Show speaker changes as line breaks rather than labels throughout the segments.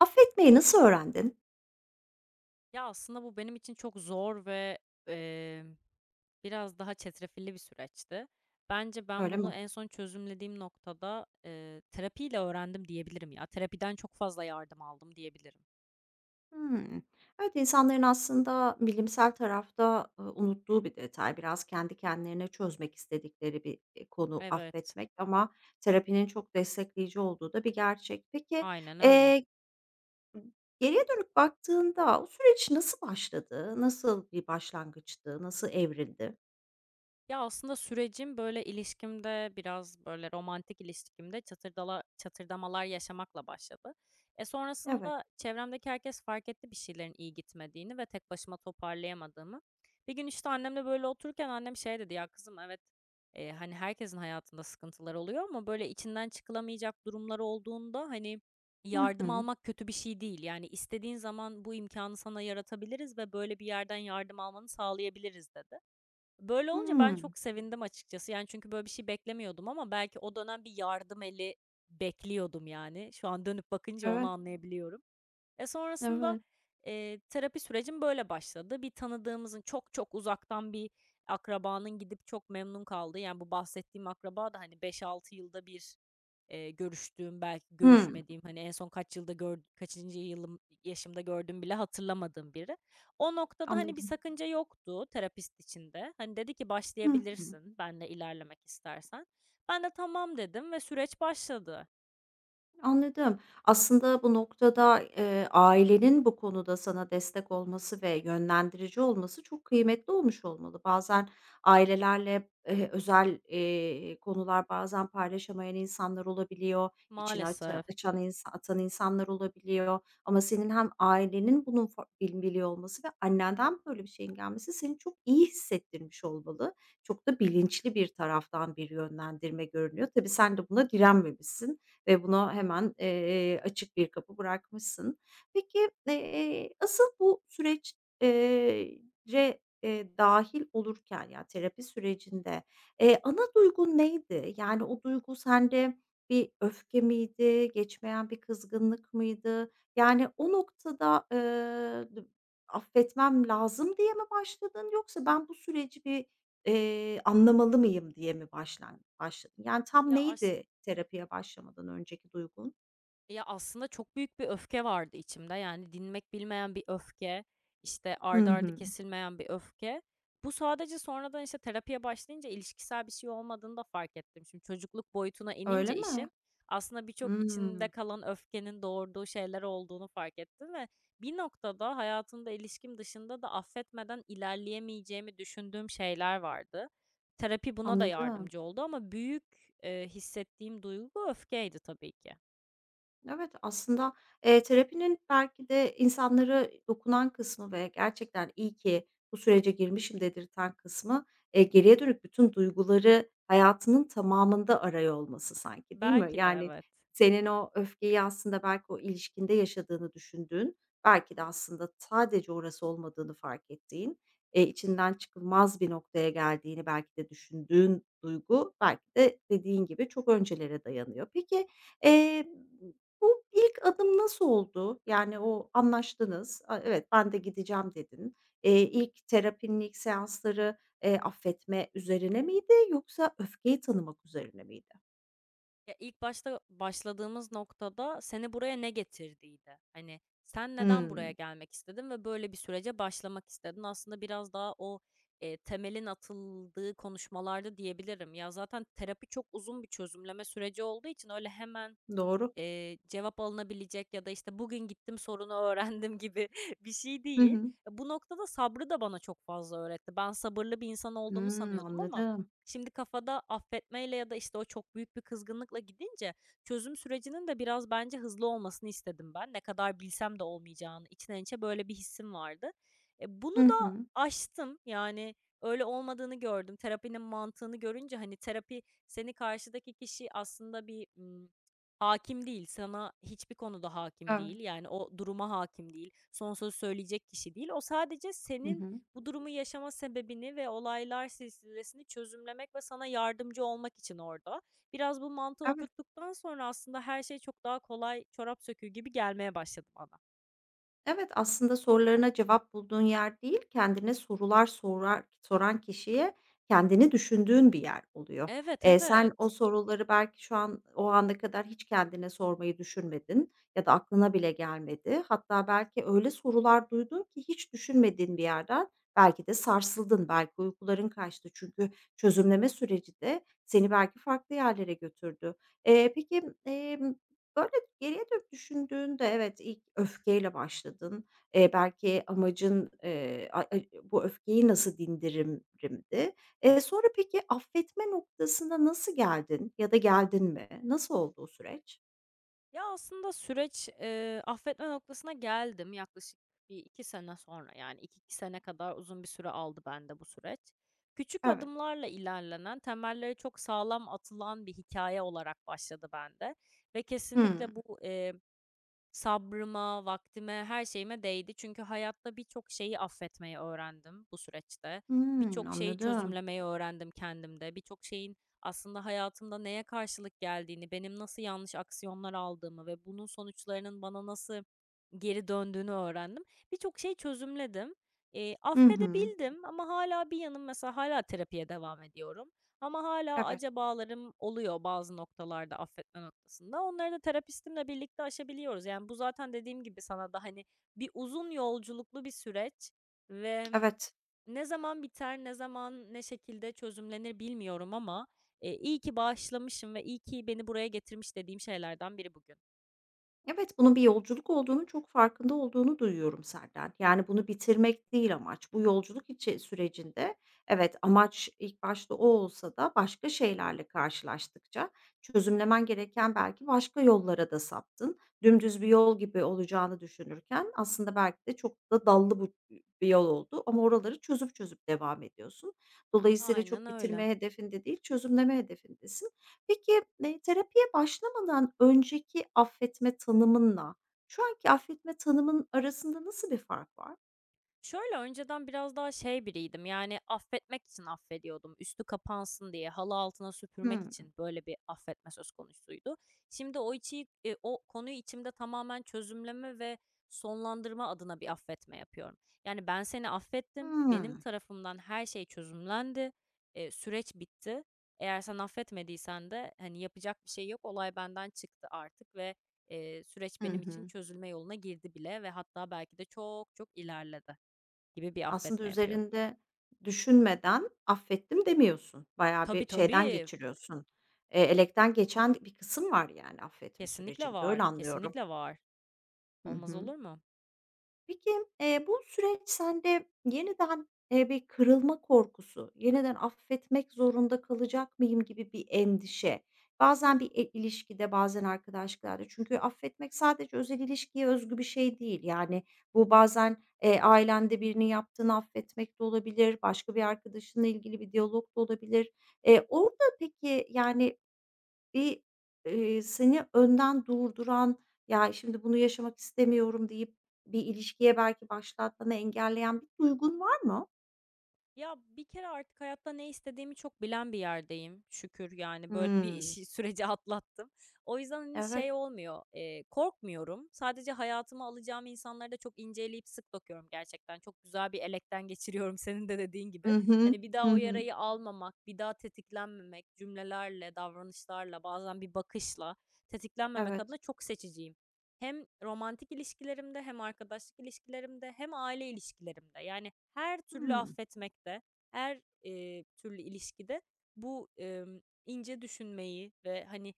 Affetmeyi nasıl öğrendin?
Ya, aslında bu benim için çok zor ve, emm, biraz daha çetrefilli bir süreçti. Bence ben
Öyle mi?
bunu en son çözümlediğim noktada, terapiyle öğrendim diyebilirim ya. Terapiden çok fazla yardım aldım diyebilirim.
Hımm. Evet, insanların aslında bilimsel tarafta, unuttuğu bir detay. Biraz kendi kendilerine çözmek istedikleri bir, konu
Evet,
affetmek ama terapinin çok destekleyici olduğu da bir gerçek. Peki,
aynen öyle.
eee, geriye dönüp baktığında o süreç nasıl başladı? Nasıl bir başlangıçtı? Nasıl evrildi?
Ya, aslında sürecim, böyle, ilişkimde biraz, böyle, romantik ilişkimde çatırdala çatırdamalar yaşamakla başladı. E,
Evet.
sonrasında çevremdeki herkes fark etti bir şeylerin iyi gitmediğini ve tek başıma toparlayamadığımı. Bir gün, işte, annemle böyle otururken annem şey dedi: "Ya, kızım evet, hani, herkesin hayatında sıkıntılar oluyor ama, böyle, içinden çıkılamayacak durumlar olduğunda, hani,
Hı
yardım
hı.
almak kötü bir şey değil. Yani, istediğin zaman bu imkanı sana yaratabiliriz ve böyle bir yerden yardım almanı sağlayabiliriz." dedi. Böyle olunca ben
Hımm.
çok sevindim açıkçası. Yani, çünkü böyle bir şey beklemiyordum ama belki o dönem bir yardım eli bekliyordum, yani. Şu an dönüp bakınca onu
Evet,
anlayabiliyorum. E, sonrasında,
evet.
terapi sürecim böyle başladı. Bir tanıdığımızın, çok çok uzaktan bir akrabanın gidip çok memnun kaldığı, yani, bu bahsettiğim akraba da, hani, beş altı yılda bir görüştüğüm, belki
Hımm.
görüşmediğim, hani, en son kaçıncı yaşımda gördüğümü bile hatırlamadığım biri. O noktada, hani, bir
Anladım.
sakınca yoktu terapist için de. Hani, dedi ki,
Hı hı.
"Başlayabilirsin benle ilerlemek istersen." Ben de, "Tamam." dedim ve süreç başladı
Anladım. Aslında bu noktada, ailenin bu konuda sana destek olması ve yönlendirici olması çok kıymetli olmuş olmalı. Bazen ailelerle, özel, konular bazen paylaşamayan insanlar olabiliyor, içine
maalesef.
açan atan insanlar olabiliyor ama senin hem ailenin bunun fa bil biliyor olması ve annenden böyle bir şeyin gelmesi seni çok iyi hissettirmiş olmalı. Çok da bilinçli bir taraftan bir yönlendirme görünüyor. Tabii sen de buna direnmemişsin ve buna hemen, açık bir kapı bırakmışsın. Peki, asıl bu süreç eee, ce dâhil olurken, yani, terapi sürecinde, ana duygun neydi? Yani, o duygu sende bir öfke miydi, geçmeyen bir kızgınlık mıydı? Yani, o noktada, "Affetmem lazım." diye mi başladın yoksa "Ben bu süreci bir anlamalı mıyım diye mi başladın? Yani tam
Ya, as
neydi terapiye başlamadan önceki duygun?
Ya, aslında çok büyük bir öfke vardı içimde. Yani dinmek bilmeyen bir öfke, işte,
Hı
art arda
hı.
kesilmeyen bir öfke. Bu sadece sonradan, işte, terapiye başlayınca ilişkisel bir şey olmadığını da fark ettim. Şimdi çocukluk boyutuna
Öyle
inince
mi?
işin, aslında birçok içinde
Hımm,
kalan öfkenin doğurduğu şeyler olduğunu fark ettim ve bir noktada hayatımda ilişkim dışında da affetmeden ilerleyemeyeceğimi düşündüğüm şeyler vardı. Terapi buna da
anladım.
yardımcı oldu ama büyük, hissettiğim duygu öfkeydi tabii ki.
Evet, aslında, terapinin belki de insanlara dokunan kısmı ve gerçekten iyi ki bu sürece girmişim dedirten kısmı, geriye dönük bütün duyguları hayatının tamamında arıyor olması sanki, değil mi?
Belki de
Yani,
evet.
senin o öfkeyi aslında belki o ilişkinde yaşadığını düşündüğün, belki de aslında sadece orası olmadığını fark ettiğin, içinden çıkılmaz bir noktaya geldiğini belki de düşündüğün duygu belki de dediğin gibi çok öncelere dayanıyor. Peki, eee bu ilk adım nasıl oldu? Yani, o anlaştınız, "Evet, ben de gideceğim." dedin. İlk terapinin ilk seansları, affetme üzerine miydi yoksa öfkeyi tanımak üzerine miydi?
Ya, ilk başta başladığımız noktada seni buraya ne getirdiydi? Hani, sen neden buraya
Hımm,
gelmek istedin ve böyle bir sürece başlamak istedin? Aslında biraz daha o, temelin atıldığı konuşmalarda diyebilirim. Ya, zaten terapi çok uzun bir çözümleme süreci olduğu için öyle hemen
doğru.
Cevap alınabilecek ya da, işte, bugün gittim sorunu öğrendim gibi bir şey
Hı
değil.
hı.
E, bu noktada sabrı da bana çok fazla öğretti. Ben sabırlı bir insan olduğumu
Hımm,
sanıyordum ama
anladım.
şimdi kafada affetmeyle ya da, işte, o çok büyük bir kızgınlıkla gidince çözüm sürecinin de biraz bence hızlı olmasını istedim ben. Ne kadar bilsem de olmayacağını içten içe böyle bir hissim vardı. E, bunu
Hı
da
hı.
aştım. Yani öyle olmadığını gördüm. Terapinin mantığını görünce, hani, terapi seni karşıdaki kişi aslında bir, Hakim değil, sana hiçbir konuda hakim
Evet.
değil, yani, o duruma hakim değil, son sözü söyleyecek kişi değil. O sadece
Hı
senin
hı.
bu durumu yaşama sebebini ve olaylar silsilesini çözümlemek ve sana yardımcı olmak için orada. Biraz bu mantığı
Evet.
oturttuktan sonra aslında her şey çok daha kolay, çorap söküğü gibi gelmeye başladı bana.
Evet, aslında sorularına cevap bulduğun yer değil, kendine sorular soran kişiye kendini düşündüğün bir yer oluyor.
Evet,
Sen o
evet.
soruları belki şu an, o ana kadar hiç kendine sormayı düşünmedin ya da aklına bile gelmedi. Hatta belki öyle sorular duydun ki hiç düşünmediğin bir yerden belki de sarsıldın, belki uykuların kaçtı. Çünkü çözümleme süreci de seni belki farklı yerlere götürdü. Peki, böyle geriye dönüp düşündüğünde evet, ilk öfkeyle başladın. Belki amacın, a ay bu öfkeyi nasıl dindiririmdi. Sonra peki affetme noktasına nasıl geldin ya da geldin mi? Nasıl oldu o süreç?
Ya, aslında süreç, affetme noktasına geldim yaklaşık bir 2 sene sonra, yani, iki sene kadar uzun bir süre aldı bende bu süreç. Küçük
Evet.
adımlarla ilerlenen, temelleri çok sağlam atılan bir hikaye olarak başladı bende ve
Hımm.
kesinlikle bu, Sabrıma, vaktime, her şeyime değdi. Çünkü hayatta birçok şeyi affetmeyi öğrendim bu süreçte.
Hımm,
Birçok şeyi
anladım.
çözümlemeyi öğrendim kendimde. Birçok şeyin aslında hayatımda neye karşılık geldiğini, benim nasıl yanlış aksiyonlar aldığımı ve bunun sonuçlarının bana nasıl geri döndüğünü öğrendim. Birçok şey çözümledim.
Hı hı.
Affedebildim ama hala bir yanım mesela hala terapiye devam ediyorum. Ama hala
Evet,
acabalarım oluyor bazı noktalarda, affetme noktasında. Onları da terapistimle birlikte aşabiliyoruz. Yani, bu zaten dediğim gibi sana da, hani, bir uzun yolculuklu bir süreç ve
evet.
ne zaman biter, ne zaman, ne şekilde çözümlenir bilmiyorum ama, iyi ki bağışlamışım ve iyi ki beni buraya getirmiş dediğim şeylerden biri bugün.
Evet, bunun bir yolculuk olduğunu çok farkında olduğunu duyuyorum senden. Yani, bunu bitirmek değil amaç. Bu yolculuk sürecinde evet, amaç ilk başta o olsa da başka şeylerle karşılaştıkça çözümlemen gereken belki başka yollara da saptın. Dümdüz bir yol gibi olacağını düşünürken aslında belki de çok da dallı bu bir yol oldu ama oraları çözüp çözüp devam ediyorsun. Dolayısıyla
Aynen
çok
öyle.
bitirme hedefinde değil, çözümleme hedefindesin. Peki, terapiye başlamadan önceki affetme tanımınla şu anki affetme tanımın arasında nasıl bir fark var?
Şöyle, önceden biraz daha şey biriydim, yani, affetmek için affediyordum. Üstü kapansın diye, halı altına süpürmek
Hımm.
için böyle bir affetme söz konusuydu. Şimdi o konuyu içimde tamamen çözümleme ve sonlandırma adına bir affetme yapıyorum. Yani, ben seni affettim, benim
Hımm.
tarafımdan her şey çözümlendi, süreç bitti. Eğer sen affetmediysen de, hani, yapacak bir şey yok, olay benden çıktı artık ve süreç
Hı
benim için
hı.
çözülme yoluna girdi bile ve hatta belki de çok çok ilerledi gibi bir
Aslında
affetme yapıyor.
üzerinde düşünmeden affettim demiyorsun. Bayağı
Tabii
bir şeyden
tabii.
geçiriyorsun, elekten geçen bir kısım var yani affetme
Kesinlikle
sürecinde,
var.
öyle anlıyorum.
Kesinlikle var.
Hı
Olmaz
hı.
olur mu?
Peki, bu süreç sende yeniden, bir kırılma korkusu, yeniden affetmek zorunda kalacak mıyım gibi bir endişe, bazen bir ilişkide, bazen arkadaşlıklarda çünkü affetmek sadece özel ilişkiye özgü bir şey değil. Yani, bu bazen, ailende birini yaptığını affetmek de olabilir, başka bir arkadaşınla ilgili bir diyalog da olabilir. Orada peki, yani, bir, seni önden durduran, "Ya, şimdi bunu yaşamak istemiyorum." deyip bir ilişkiye belki başlatmanı engelleyen bir duygun var mı?
Ya bir kere artık hayatta ne istediğimi çok bilen bir yerdeyim. Şükür yani böyle bir
Hımm.
işi, süreci atlattım. O yüzden hani
Evet.
şey olmuyor. Korkmuyorum. Sadece hayatıma alacağım insanları da çok inceleyip sık bakıyorum gerçekten. Çok güzel bir elekten geçiriyorum senin de dediğin gibi.
Hı hı.
Hani bir daha
Hı
o
hı.
yarayı almamak, bir daha tetiklenmemek, cümlelerle, davranışlarla, bazen bir bakışla tetiklenmemek
Evet.
adına çok seçiciyim. Hem romantik ilişkilerimde hem arkadaşlık ilişkilerimde hem aile ilişkilerimde, yani, her türlü
Hımm.
affetmekte, her türlü ilişkide bu, ince düşünmeyi ve, hani,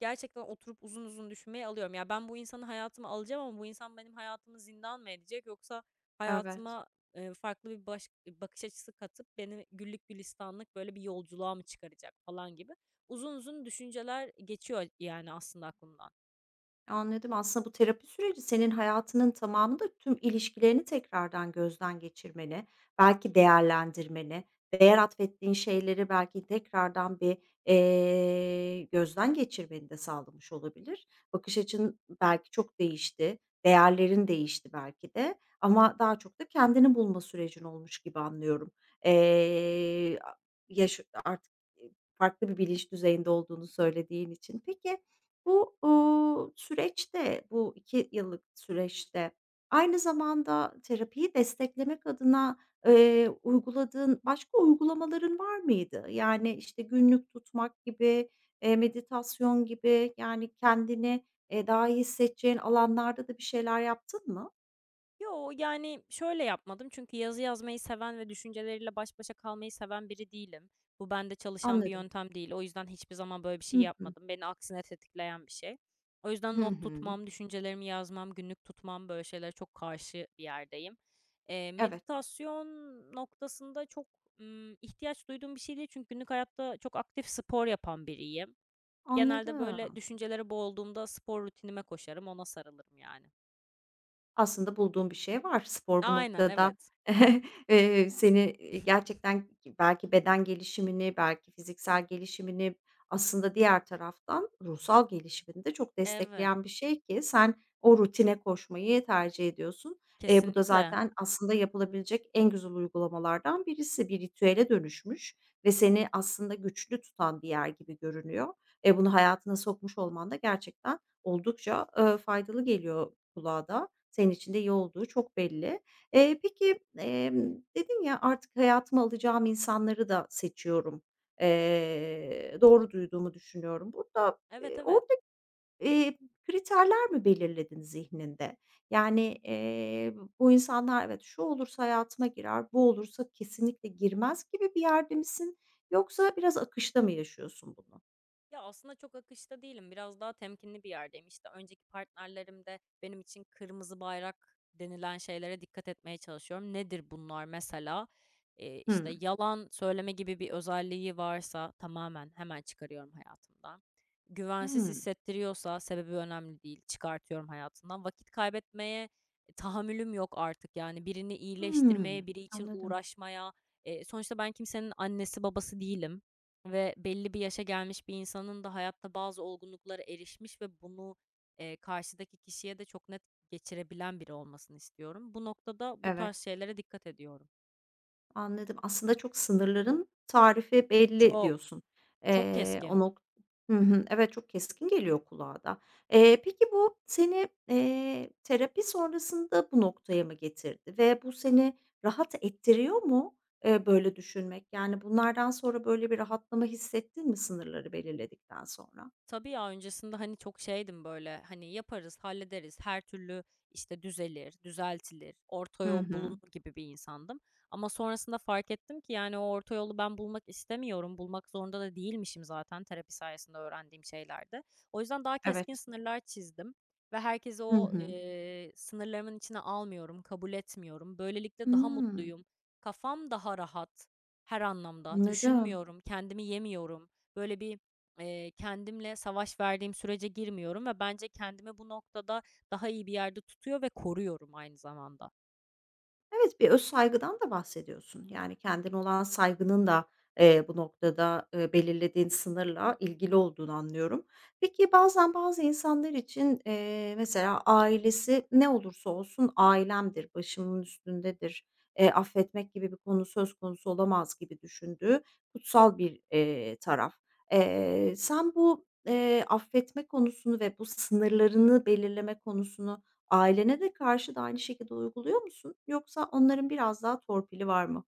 gerçekten oturup uzun uzun düşünmeyi alıyorum. Ya, ben bu insanı hayatıma alacağım ama bu insan benim hayatımı zindan mı edecek yoksa
Evet.
hayatıma, farklı bir bakış açısı katıp beni güllük gülistanlık, böyle, bir yolculuğa mı çıkaracak falan gibi uzun uzun düşünceler geçiyor, yani, aslında aklımdan.
Anladım. Aslında bu terapi süreci senin hayatının tamamında tüm ilişkilerini tekrardan gözden geçirmeni, belki değerlendirmeni, değer atfettiğin şeyleri belki tekrardan bir, gözden geçirmeni de sağlamış olabilir. Bakış açın belki çok değişti, değerlerin değişti belki de ama daha çok da kendini bulma sürecin olmuş gibi anlıyorum. Eee, yaş artık, farklı bir bilinç düzeyinde olduğunu söylediğin için. Peki, bu, süreçte, bu 2 yıllık süreçte aynı zamanda terapiyi desteklemek adına, uyguladığın başka uygulamaların var mıydı? Yani, işte, günlük tutmak gibi, meditasyon gibi, yani, kendini, daha iyi hissedeceğin alanlarda da bir şeyler yaptın mı?
Yo, yani, şöyle yapmadım çünkü yazı yazmayı seven ve düşünceleriyle baş başa kalmayı seven biri değilim. Bu bende çalışan bir
Anladım.
yöntem değil. O yüzden hiçbir zaman böyle bir şey
Hı hı.
yapmadım. Beni aksine tetikleyen bir şey. O yüzden
Hı
not
hı.
tutmam, düşüncelerimi yazmam, günlük tutmam, böyle şeylere çok karşı bir yerdeyim.
Evet,
Meditasyon noktasında çok, ihtiyaç duyduğum bir şey değil çünkü günlük hayatta çok aktif spor yapan biriyim. Genelde, böyle,
anladım.
düşüncelere boğulduğumda spor rutinime koşarım, ona sarılırım yani.
Aslında bulduğun bir şey var. Spor bu
Aynen,
noktada,
evet.
seni, gerçekten belki beden gelişimini, belki fiziksel gelişimini, aslında diğer taraftan ruhsal gelişimini de çok
Evet.
destekleyen bir şey ki sen o rutine koşmayı tercih ediyorsun. Bu da
Kesinlikle.
zaten aslında yapılabilecek en güzel uygulamalardan birisi. Bir ritüele dönüşmüş ve seni aslında güçlü tutan bir yer gibi görünüyor. Bunu hayatına sokmuş olman da gerçekten oldukça, faydalı geliyor kulağa da. Senin için de iyi olduğu çok belli. Peki, dedin ya, "Artık hayatıma alacağım insanları da seçiyorum." Doğru duyduğumu düşünüyorum. Burada,
Evet,
eee,
evet.
orada, eee, kriterler mi belirledin zihninde? Yani, bu insanlar evet, şu olursa hayatıma girer, bu olursa kesinlikle girmez gibi bir yerde misin yoksa biraz akışta mı yaşıyorsun bunu?
Ya, aslında çok akışta değilim. Biraz daha temkinli bir yerdeyim. İşte, önceki partnerlerim de benim için kırmızı bayrak denilen şeylere dikkat etmeye çalışıyorum. Nedir bunlar mesela? İşte,
Hımm.
yalan söyleme gibi bir özelliği varsa tamamen hemen çıkarıyorum hayatımdan. Güvensiz
Hımm.
hissettiriyorsa sebebi önemli değil, çıkartıyorum hayatımdan. Vakit kaybetmeye tahammülüm yok artık. Yani birini
Hımm.
iyileştirmeye, biri için
Anladım.
uğraşmaya. Sonuçta ben kimsenin annesi babası değilim. Ve belli bir yaşa gelmiş bir insanın da hayatta bazı olgunluklara erişmiş ve bunu, karşıdaki kişiye de çok net geçirebilen biri olmasını istiyorum. Bu noktada bu tarz
Evet.
şeylere dikkat ediyorum.
Anladım. Aslında çok sınırların tarifi belli
Çok,
diyorsun.
Çok keskin.
O nok Hı hı. Evet, çok keskin geliyor kulağa da. Peki bu seni, terapi sonrasında bu noktaya mı getirdi ve bu seni rahat ettiriyor mu, böyle düşünmek? Yani bunlardan sonra böyle bir rahatlama hissettin mi sınırları belirledikten sonra?
Tabii ya, öncesinde, hani, çok şeydim, böyle, hani, yaparız, hallederiz, her türlü, işte, düzelir, düzeltilir, orta
Hı
yol
hı.
bulunur gibi bir insandım. Ama sonrasında fark ettim ki, yani, o orta yolu ben bulmak istemiyorum, bulmak zorunda da değilmişim zaten terapi sayesinde öğrendiğim şeylerde O yüzden daha keskin
Evet.
sınırlar çizdim ve herkesi
Hı
o,
hı.
eee, sınırlarımın içine almıyorum, kabul etmiyorum. Böylelikle daha
Hımm,
mutluyum, kafam daha rahat her anlamda,
anladım.
düşünmüyorum, kendimi yemiyorum. Böyle bir Kendimle savaş verdiğim sürece girmiyorum ve bence kendimi bu noktada daha iyi bir yerde tutuyor ve koruyorum aynı zamanda.
Evet, bir öz saygıdan da bahsediyorsun. Yani kendine olan saygının da, bu noktada, belirlediğin sınırla ilgili olduğunu anlıyorum. Peki, bazen bazı insanlar için, mesela ailesi ne olursa olsun ailemdir, başımın üstündedir, affetmek gibi bir konu söz konusu olamaz gibi düşündüğü kutsal bir, taraf. Sen bu, affetme konusunu ve bu sınırlarını belirleme konusunu ailene de karşı da aynı şekilde uyguluyor musun yoksa onların biraz daha torpili var mı?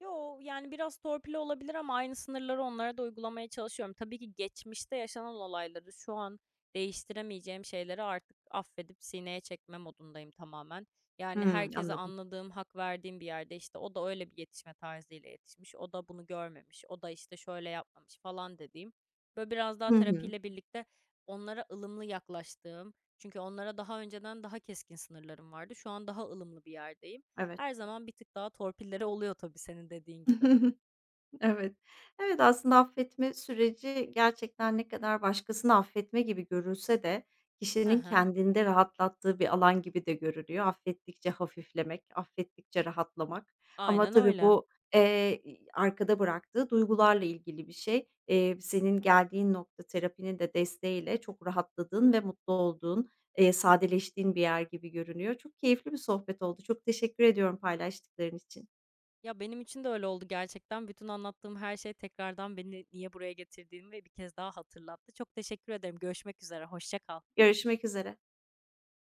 Yo, yani biraz torpil olabilir ama aynı sınırları onlara da uygulamaya çalışıyorum. Tabii ki geçmişte yaşanan olayları şu an değiştiremeyeceğim şeyleri artık affedip sineye çekme modundayım tamamen. Yani
Hımm,
herkese
anladım.
anladığım, hak verdiğim bir yerde işte o da öyle bir yetişme tarzıyla yetişmiş, o da bunu görmemiş, o da işte şöyle yapmamış falan dediğim. Böyle biraz daha
Hı hı.
terapiyle birlikte onlara ılımlı yaklaştığım, çünkü onlara daha önceden daha keskin sınırlarım vardı. Şu an daha ılımlı bir yerdeyim
Evet.
her zaman bir tık daha torpilleri oluyor tabii senin dediğin gibi.
Evet. Evet, aslında affetme süreci gerçekten ne kadar başkasını affetme gibi görülse de
Hı
kişinin
hı.
kendinde rahatlattığı bir alan gibi de görülüyor. Affettikçe hafiflemek, affettikçe rahatlamak ama
Aynen
tabii
öyle.
bu, eee, arkada bıraktığı duygularla ilgili bir şey. Senin geldiğin nokta terapinin de desteğiyle çok rahatladığın ve mutlu olduğun, sadeleştiğin bir yer gibi görünüyor. Çok keyifli bir sohbet oldu. Çok teşekkür ediyorum paylaştıkların için.
Ya, benim için de öyle oldu gerçekten. Bütün anlattığım her şey tekrardan beni niye buraya getirdiğimi ve bir kez daha hatırlattı. Çok teşekkür ederim. Görüşmek üzere, hoşça kal.
Görüşmek üzere.